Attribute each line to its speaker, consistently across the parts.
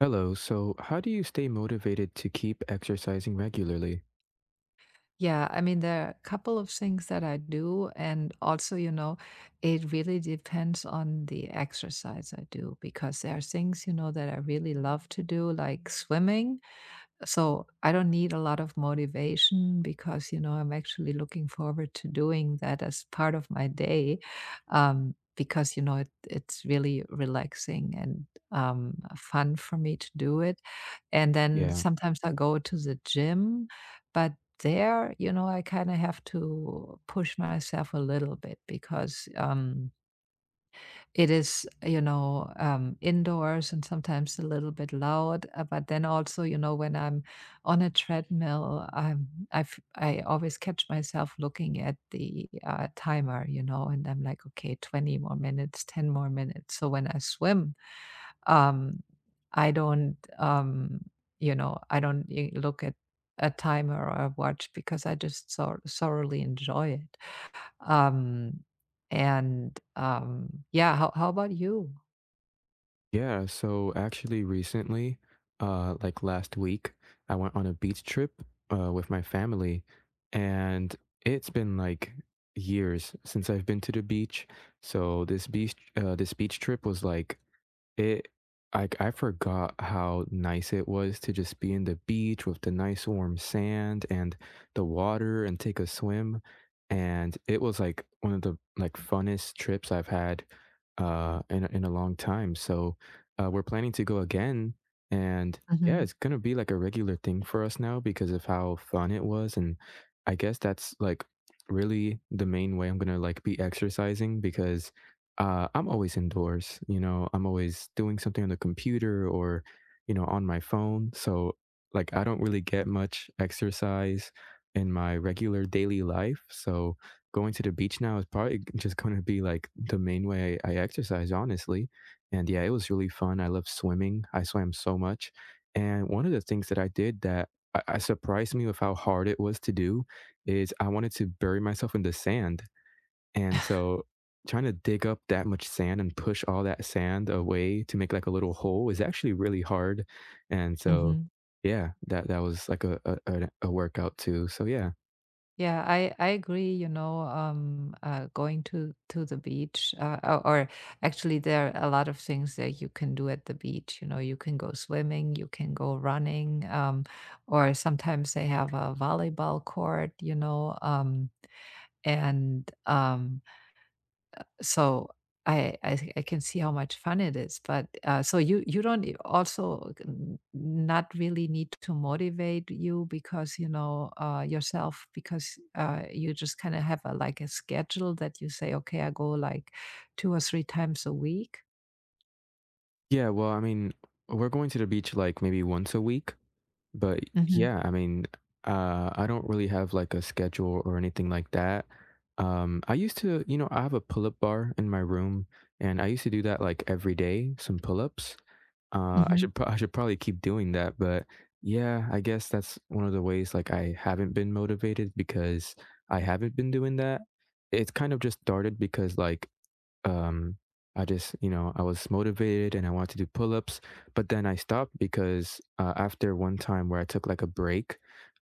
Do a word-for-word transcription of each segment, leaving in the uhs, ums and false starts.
Speaker 1: Hello. So, how do you stay motivated to keep exercising regularly?
Speaker 2: Yeah, I mean, there are a couple of things that I do. And also, you know, it really depends on the exercise I do because there are things, you know, that I really love to do, like swimming. So I don't need a lot of motivation because, you know, I'm actually looking forward to doing that as part of my day, um, because, you know, it, it's really relaxing and um, fun for me to do it. And then
Speaker 1: Yeah.
Speaker 2: sometimes I go to the gym, but there, you know, I kind of have to push myself a little bit because. Um, it is, you know, um, indoors and sometimes a little bit loud. uh, But then also, you know, when I'm on a treadmill, I'm, I've, I always catch myself looking at the uh, timer, you know, and I'm like, okay, twenty more minutes, ten more minutes. So when I swim, um, I don't, um, you know, I don't eh, look at a timer or a watch because I just so- thoroughly enjoy it. Um, and, um, yeah, how how about you?
Speaker 1: Yeah. So, actually, recently, uh, like last week, I went on a beach trip, uh, with my family, and it's been like years since I've been to the beach. So, this beach, uh, this beach trip was like It like, I forgot how nice it was to just be in the beach with the nice warm sand and the water and take a swim, and it was, like, one of the, like, funnest trips I've had, uh, in a in a long time, so, uh, we're planning to go again, and, yeah,
Speaker 2: Mhm,
Speaker 1: it's gonna be, like, a regular thing for us now because of how fun it was, and I guess that's, like, really the main way I'm gonna, like, be exercising because uh, I'm always indoors. You know, I'm always doing something on the computer or, you know, on my phone. So, like, I don't really get much exercise in my regular daily life. So, going to the beach now is probably just going to be like the main way I exercise, honestly. And yeah, it was really fun. I love swimming. I swam so much. And one of the things that I did that I, I surprised me with how hard it was to do is I wanted to bury myself in the sand. And so trying to dig up that much sand and push all that sand away to make like a little hole is actually really hard. And so
Speaker 2: mhm.
Speaker 1: yeah, that that was like a a, a a workout too. So yeah.
Speaker 2: Yeah, I I agree, you know, um, uh, going to to the beach, uh, or or actually there are a lot of things that you can do at the beach, you know, you can go swimming, you can go running, um, or sometimes they have a volleyball court, you know, um, and, um So I I I can see how much fun it is, but, uh, so you you don't e also n not really need to motivate you because, you know, uh, yourself because, uh, you just kinda have a like a schedule that you say, "Okay, I go like two or three times a week?"
Speaker 1: Yeah, well, I mean, we're going to the beach like maybe once a week, but
Speaker 2: Mhm,
Speaker 1: yeah, I mean, uh I don't really have like a schedule or anything like that. Um, I used to, you know, I have a pull-up bar in my room and I used to do that like every day, some pull-ups. Uh, I
Speaker 2: mhm.
Speaker 1: should pro I should probably keep doing that, but yeah, I guess that's one of the ways like I haven't been motivated because I haven't been doing that. It's kind of just started because like um I just, you know, I was motivated and I wanted to do pull-ups, but then I stopped because uh, after one time where I took like a break,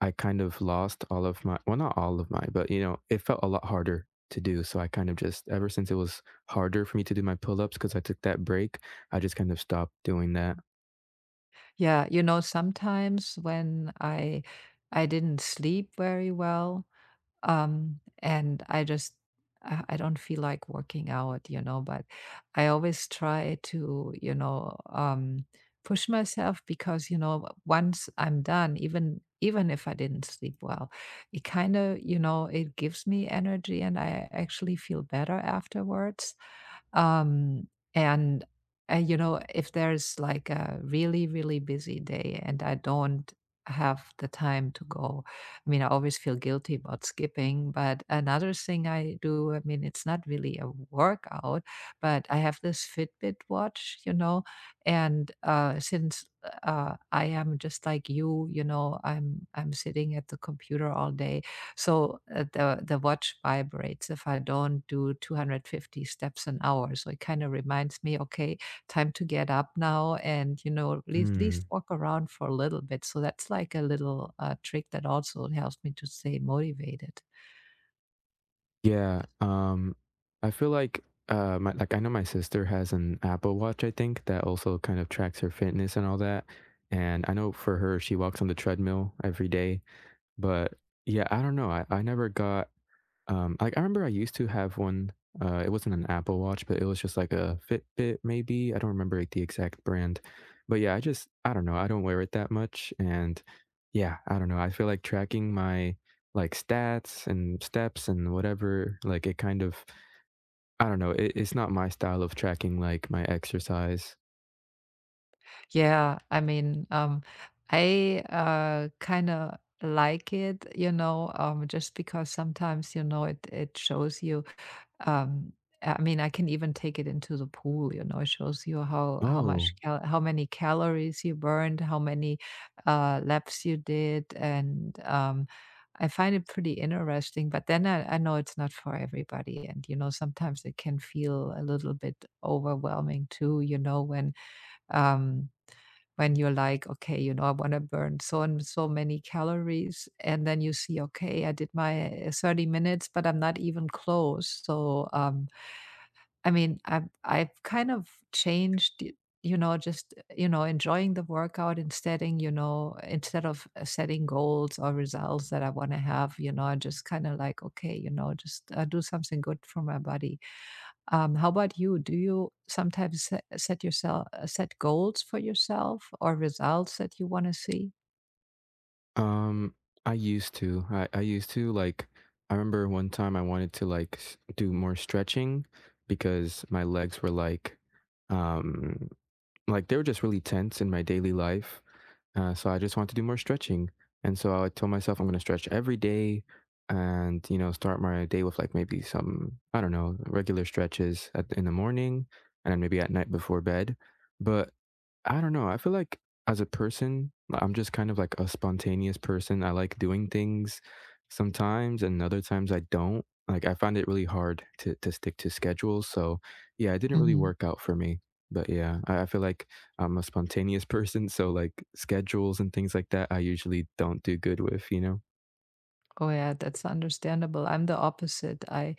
Speaker 1: I kind of lost all of my, well, not all of my, but you know, it felt a lot harder to do. So I kind of just, ever since it was harder for me to do my pull-ups because I took that break, I just kind of stopped doing that.
Speaker 2: Yeah, you know, sometimes when I I didn't sleep very well. Um, and I just I I don't feel like working out, you know, but I always try to, you know, um, push myself because, you know, once I'm done, even even if I didn't sleep well, it kind of, you know, it gives me energy and I actually feel better afterwards. Um, and uh, you know, if there's like a really, really busy day and I don't have the time to go, I mean, I always feel guilty about skipping. But another thing I do, I mean, it's not really a workout, but I have this Fitbit watch, you know, and uh, since uh, I am just like you, you know, I'm I'm sitting at the computer all day. So uh, the the watch vibrates if I don't do two hundred fifty steps an hour. So it kind of reminds me, okay, time to get up now, and you know, at least, at least
Speaker 1: Mm,
Speaker 2: walk around for a little bit. So that's like a little uh, trick that also helps me to stay motivated.
Speaker 1: yeah, um, I feel like, uh, my like, I know my sister has an Apple Watch, I think, that also kind of tracks her fitness and all that, and I know for her, she walks on the treadmill every day, but, yeah, I don't know, I I never got. Um, like, I remember I used to have one, uh, it wasn't an Apple Watch, but it was just like a Fitbit maybe, I don't remember, like, the exact brand. But, yeah, I just I don't know, I don't wear it that much, and, yeah, I don't know, I feel like tracking my, like, stats and steps and whatever, like, it kind of. I don't know, it it's not my style of tracking, like, my exercise.
Speaker 2: Yeah, I mean, um, I uh kind of like it, you know, um, just because sometimes, you know, it it shows you. Um, I mean, I can even take it into the pool, you know. It shows you how how
Speaker 1: Oh.
Speaker 2: much cal how many calories you burned, how many uh laps you did, and um, I find it pretty interesting. But then I, I know it's not for everybody, and you know, sometimes it can feel a little bit overwhelming too, you know, when um when you're like, okay, you know, I want to burn so and so many calories. And then you see, okay, I did my uh, thirty minutes, but I'm not even close. So, um, I mean, I've, I've kind of changed, y- you know, just, you know, enjoying the workout instead, in, you know, instead of uh, setting goals or results that I want to have, you know, I just kind of like, okay, you know, just uh, do something good for my body. Um, how about you? Do you sometimes set, set yourself uh, set goals for yourself or results that you want to see?
Speaker 1: Um, I used to. I, I used to like. I remember one time I wanted to like s- do more stretching because my legs were like um like they were just really tense in my daily life. Uh, so I just wanted to do more stretching. And so I told myself I'm going to stretch every day and you know start my day with like maybe some I don't know regular stretches at, in the morning and then maybe at night before bed. But I don't know. I feel like as a person, like, I'm just kind of like a spontaneous person. I like doing things sometimes and other times I don't. Like I find it really hard to to stick to schedules. So yeah, it didn't really
Speaker 2: Mhm.
Speaker 1: work out for me. But yeah, I, I feel like I'm a spontaneous person. So like schedules and things like that I usually don't do good with, you know?
Speaker 2: Oh yeah, that's understandable. I'm the opposite. I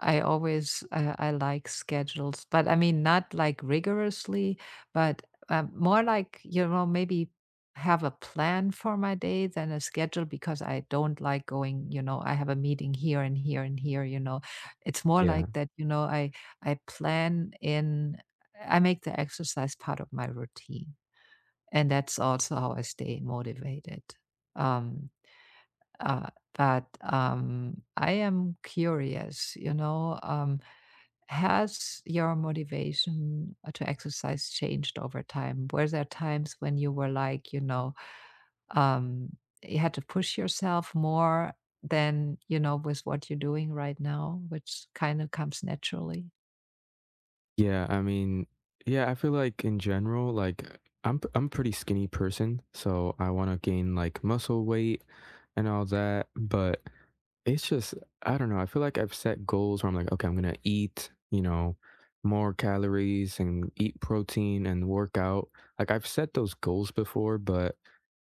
Speaker 2: I always uh, I like schedules, but I mean not like rigorously, but uh, more like you know maybe have a plan for my day than a schedule because I don't like going. You know, I have a meeting here and here and here. You know, it's more
Speaker 1: Yeah.
Speaker 2: like that. You know, I I plan in. I make the exercise part of my routine, and that's also how I stay motivated. Um, uh, but um, I am curious. You know. Um, has your motivation uh, to exercise changed over time? Were there times when you were like, you know, um, you had to push yourself more than, you know, with what you're doing right now, which kind of comes naturally?
Speaker 1: Yeah, I mean, yeah, I feel like in general, like I'm p- I'm a pretty skinny person, so I want to gain like muscle weight and all that, but it's just I don't know, I feel like I've set goals where I'm like, "Okay, I'm gonna eat, you know, more calories and eat protein and work out." Like, I've set those goals before, but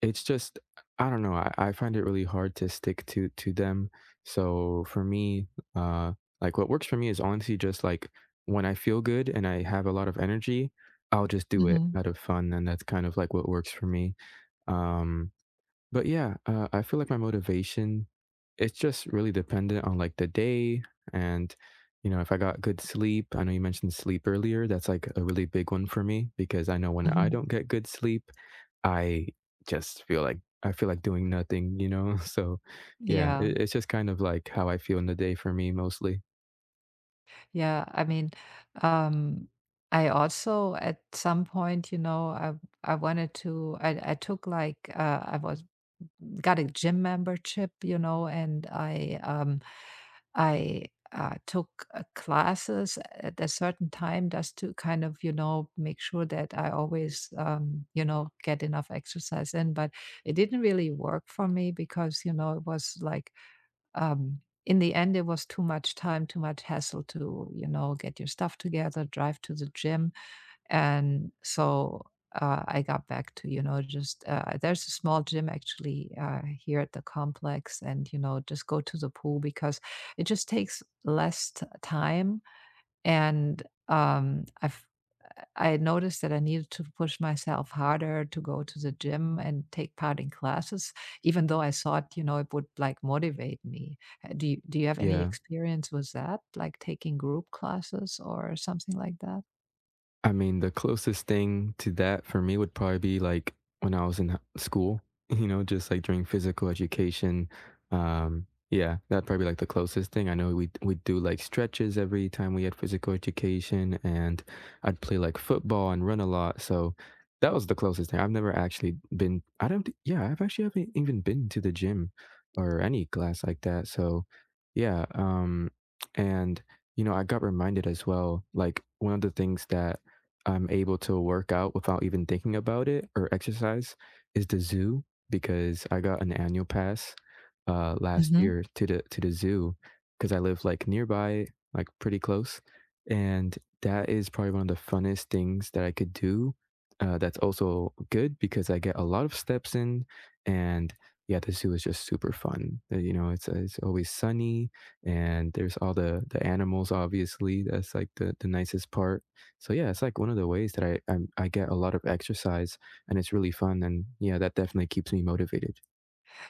Speaker 1: it's just I don't know, I I find it really hard to stick to to them. So, for me, uh, like, what works for me is honestly just, like, when I feel good and I have a lot of energy, I'll just do it
Speaker 2: Hmm.
Speaker 1: out of fun, and that's kind of, like, what works for me. Um, but yeah, uh, I feel like my motivation, it's just really dependent on like the day and you know if I got good sleep. I know you mentioned sleep earlier. That's like a really big one for me because I know when I
Speaker 2: Hmm.
Speaker 1: don't get good sleep, I just feel like I feel like doing nothing. You know, so yeah,
Speaker 2: Yeah.
Speaker 1: it, it's just kind of like how I feel in the day for me mostly.
Speaker 2: Yeah. I mean, um, I also at some point, you know, I I wanted to I, I took like uh, I was got a gym membership, you know, and I um, I uh, took uh, classes at a certain time just to kind of, you know, make sure that I always, um, you know, get enough exercise in. But it didn't really work for me because, you know, it was like, um, in the end, it was too much time, too much hassle to, you know, get your stuff together, drive to the gym and so uh, I got back to, you know, just uh, there's a small gym actually uh, here at the complex, and, you know, just go to the pool because it just takes less t- time. And um, I've I noticed that I needed to push myself harder to go to the gym and take part in classes, even though I thought, you know, it would like motivate me. Uh, Do you, do you have any
Speaker 1: Yeah.
Speaker 2: experience with that, like taking group classes or something like that?
Speaker 1: I mean, the closest thing to that for me would probably be like when I was in h- school, you know, just like during physical education. Um, yeah, that'd probably be like the closest thing. I know we we do like stretches every time we had physical education, and I'd play like football and run a lot. So that was the closest thing. I've never actually been. I don't. Thi- Yeah, I've actually haven't even been to the gym or any class like that. So yeah, um, and you know, I got reminded as well. Like one of the things that I'm able to work out without even thinking about it or exercise is the zoo because I got an annual pass uh, last
Speaker 2: Mhm.
Speaker 1: year to the to the zoo because I live like nearby, like pretty close, and that is probably one of the funnest things that I could do. Uh, that's also good because I get a lot of steps in, and yeah, the zoo is just super fun. Uh, You know, it's uh, it's always sunny, and there's all the the animals. Obviously, that's like the the nicest part, so yeah, it's like one of the ways that I I'm, I get a lot of exercise, and it's really fun, and yeah, that definitely keeps me motivated.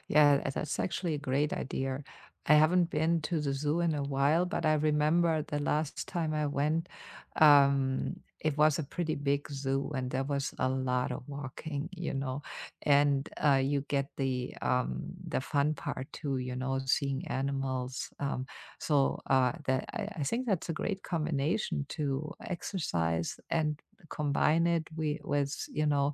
Speaker 2: Yeah, that's actually a great idea. I haven't been to the zoo in a while, but I remember the last time I went, um, it was a pretty big zoo and there was a lot of walking, you know, and uh, you get the um, the fun part too, you know, seeing animals. Um, so uh, that I, I think that's a great combination to exercise and combine it we, with, you know,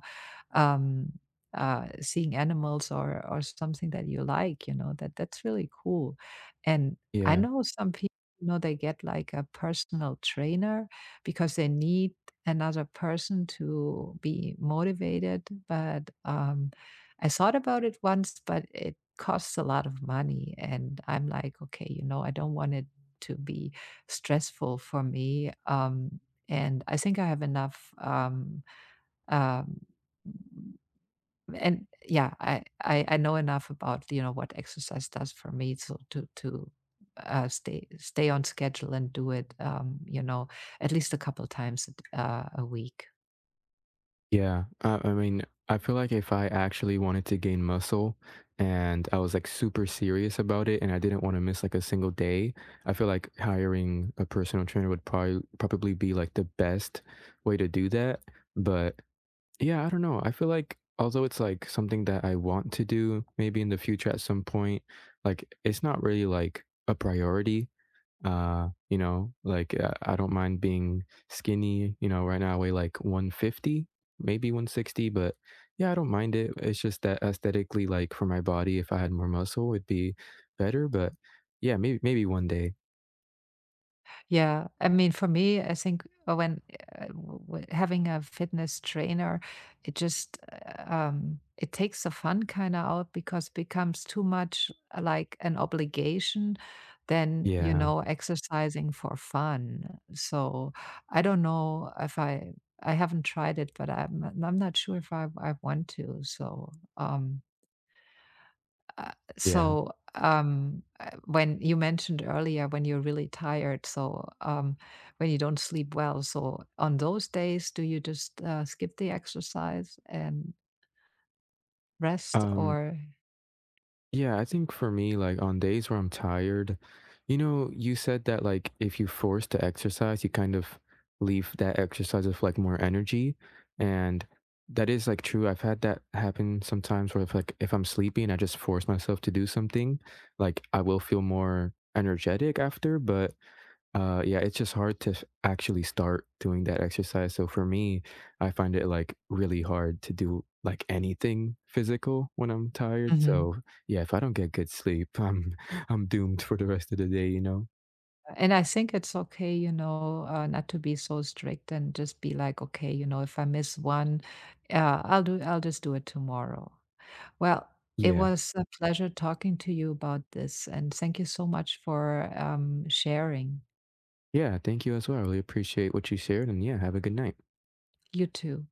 Speaker 2: um, uh, seeing animals or or something that you like, you know, that that's really cool. And I
Speaker 1: Yeah,
Speaker 2: know some people, you know, they get like a personal trainer because they need another person to be motivated. But um, I thought about it once, but it costs a lot of money, and I'm like, okay, you know, I don't want it to be stressful for me. Um, and I think I have enough um, um, and yeah, I I I know enough about, you know, what exercise does for me so to to uh, stay stay on schedule and do it, um, you know, at least a couple times uh, a week.
Speaker 1: yeah. Uh, I mean, I feel like if I actually wanted to gain muscle, and I was like super serious about it, and I didn't want to miss like a single day, I feel like hiring a personal trainer would probably probably be like the best way to do that. But yeah, I don't know. I feel like although it's like something that I want to do maybe in the future at some point, like it's not really like a priority. Uh, you know, like uh, I don't mind being skinny, you know, right now I weigh like one fifty, maybe one sixty, but yeah, I don't mind it. It's just that aesthetically like for my body if I had more muscle it'd be better, but yeah, maybe maybe one day.
Speaker 2: Yeah, I mean, for me, I think uh, when uh, w- w- having a fitness trainer, it just uh, um, it takes the fun kind of out because it becomes too much uh, like an obligation than you
Speaker 1: Yeah.
Speaker 2: know exercising for fun. So I don't know if I I haven't tried it, but I'm I'm not sure if I I want to. So um, uh,
Speaker 1: Yeah.
Speaker 2: so um, uh, when you mentioned earlier when you're really tired, so um, when you don't sleep well, so on those days, do you just uh, skip the exercise and rest,
Speaker 1: Um
Speaker 2: or?
Speaker 1: Yeah, I think for me, like on days where I'm tired, you know, you said that like if you force to exercise, you kind of leave that exercise with like more energy. And that is like true. I've had that happen sometimes where if like if I'm sleepy and I just force myself to do something, like I will feel more energetic after, but uh, yeah, it's just hard to actually start doing that exercise. So for me, I find it like really hard to do like anything physical when I'm tired.
Speaker 2: Mhm.
Speaker 1: So yeah, if I don't get good sleep, I'm I'm doomed for the rest of the day, you know?
Speaker 2: And I think it's okay, you know, uh, not to be so strict and just be like, okay, you know, if I miss one, uh, I'll do, I'll just do it tomorrow. Well, it
Speaker 1: Yeah.
Speaker 2: was a pleasure talking to you about this, and thank you so much for um, sharing.
Speaker 1: Yeah, thank you as well. I really appreciate what you shared and yeah, have a good night.
Speaker 2: You too.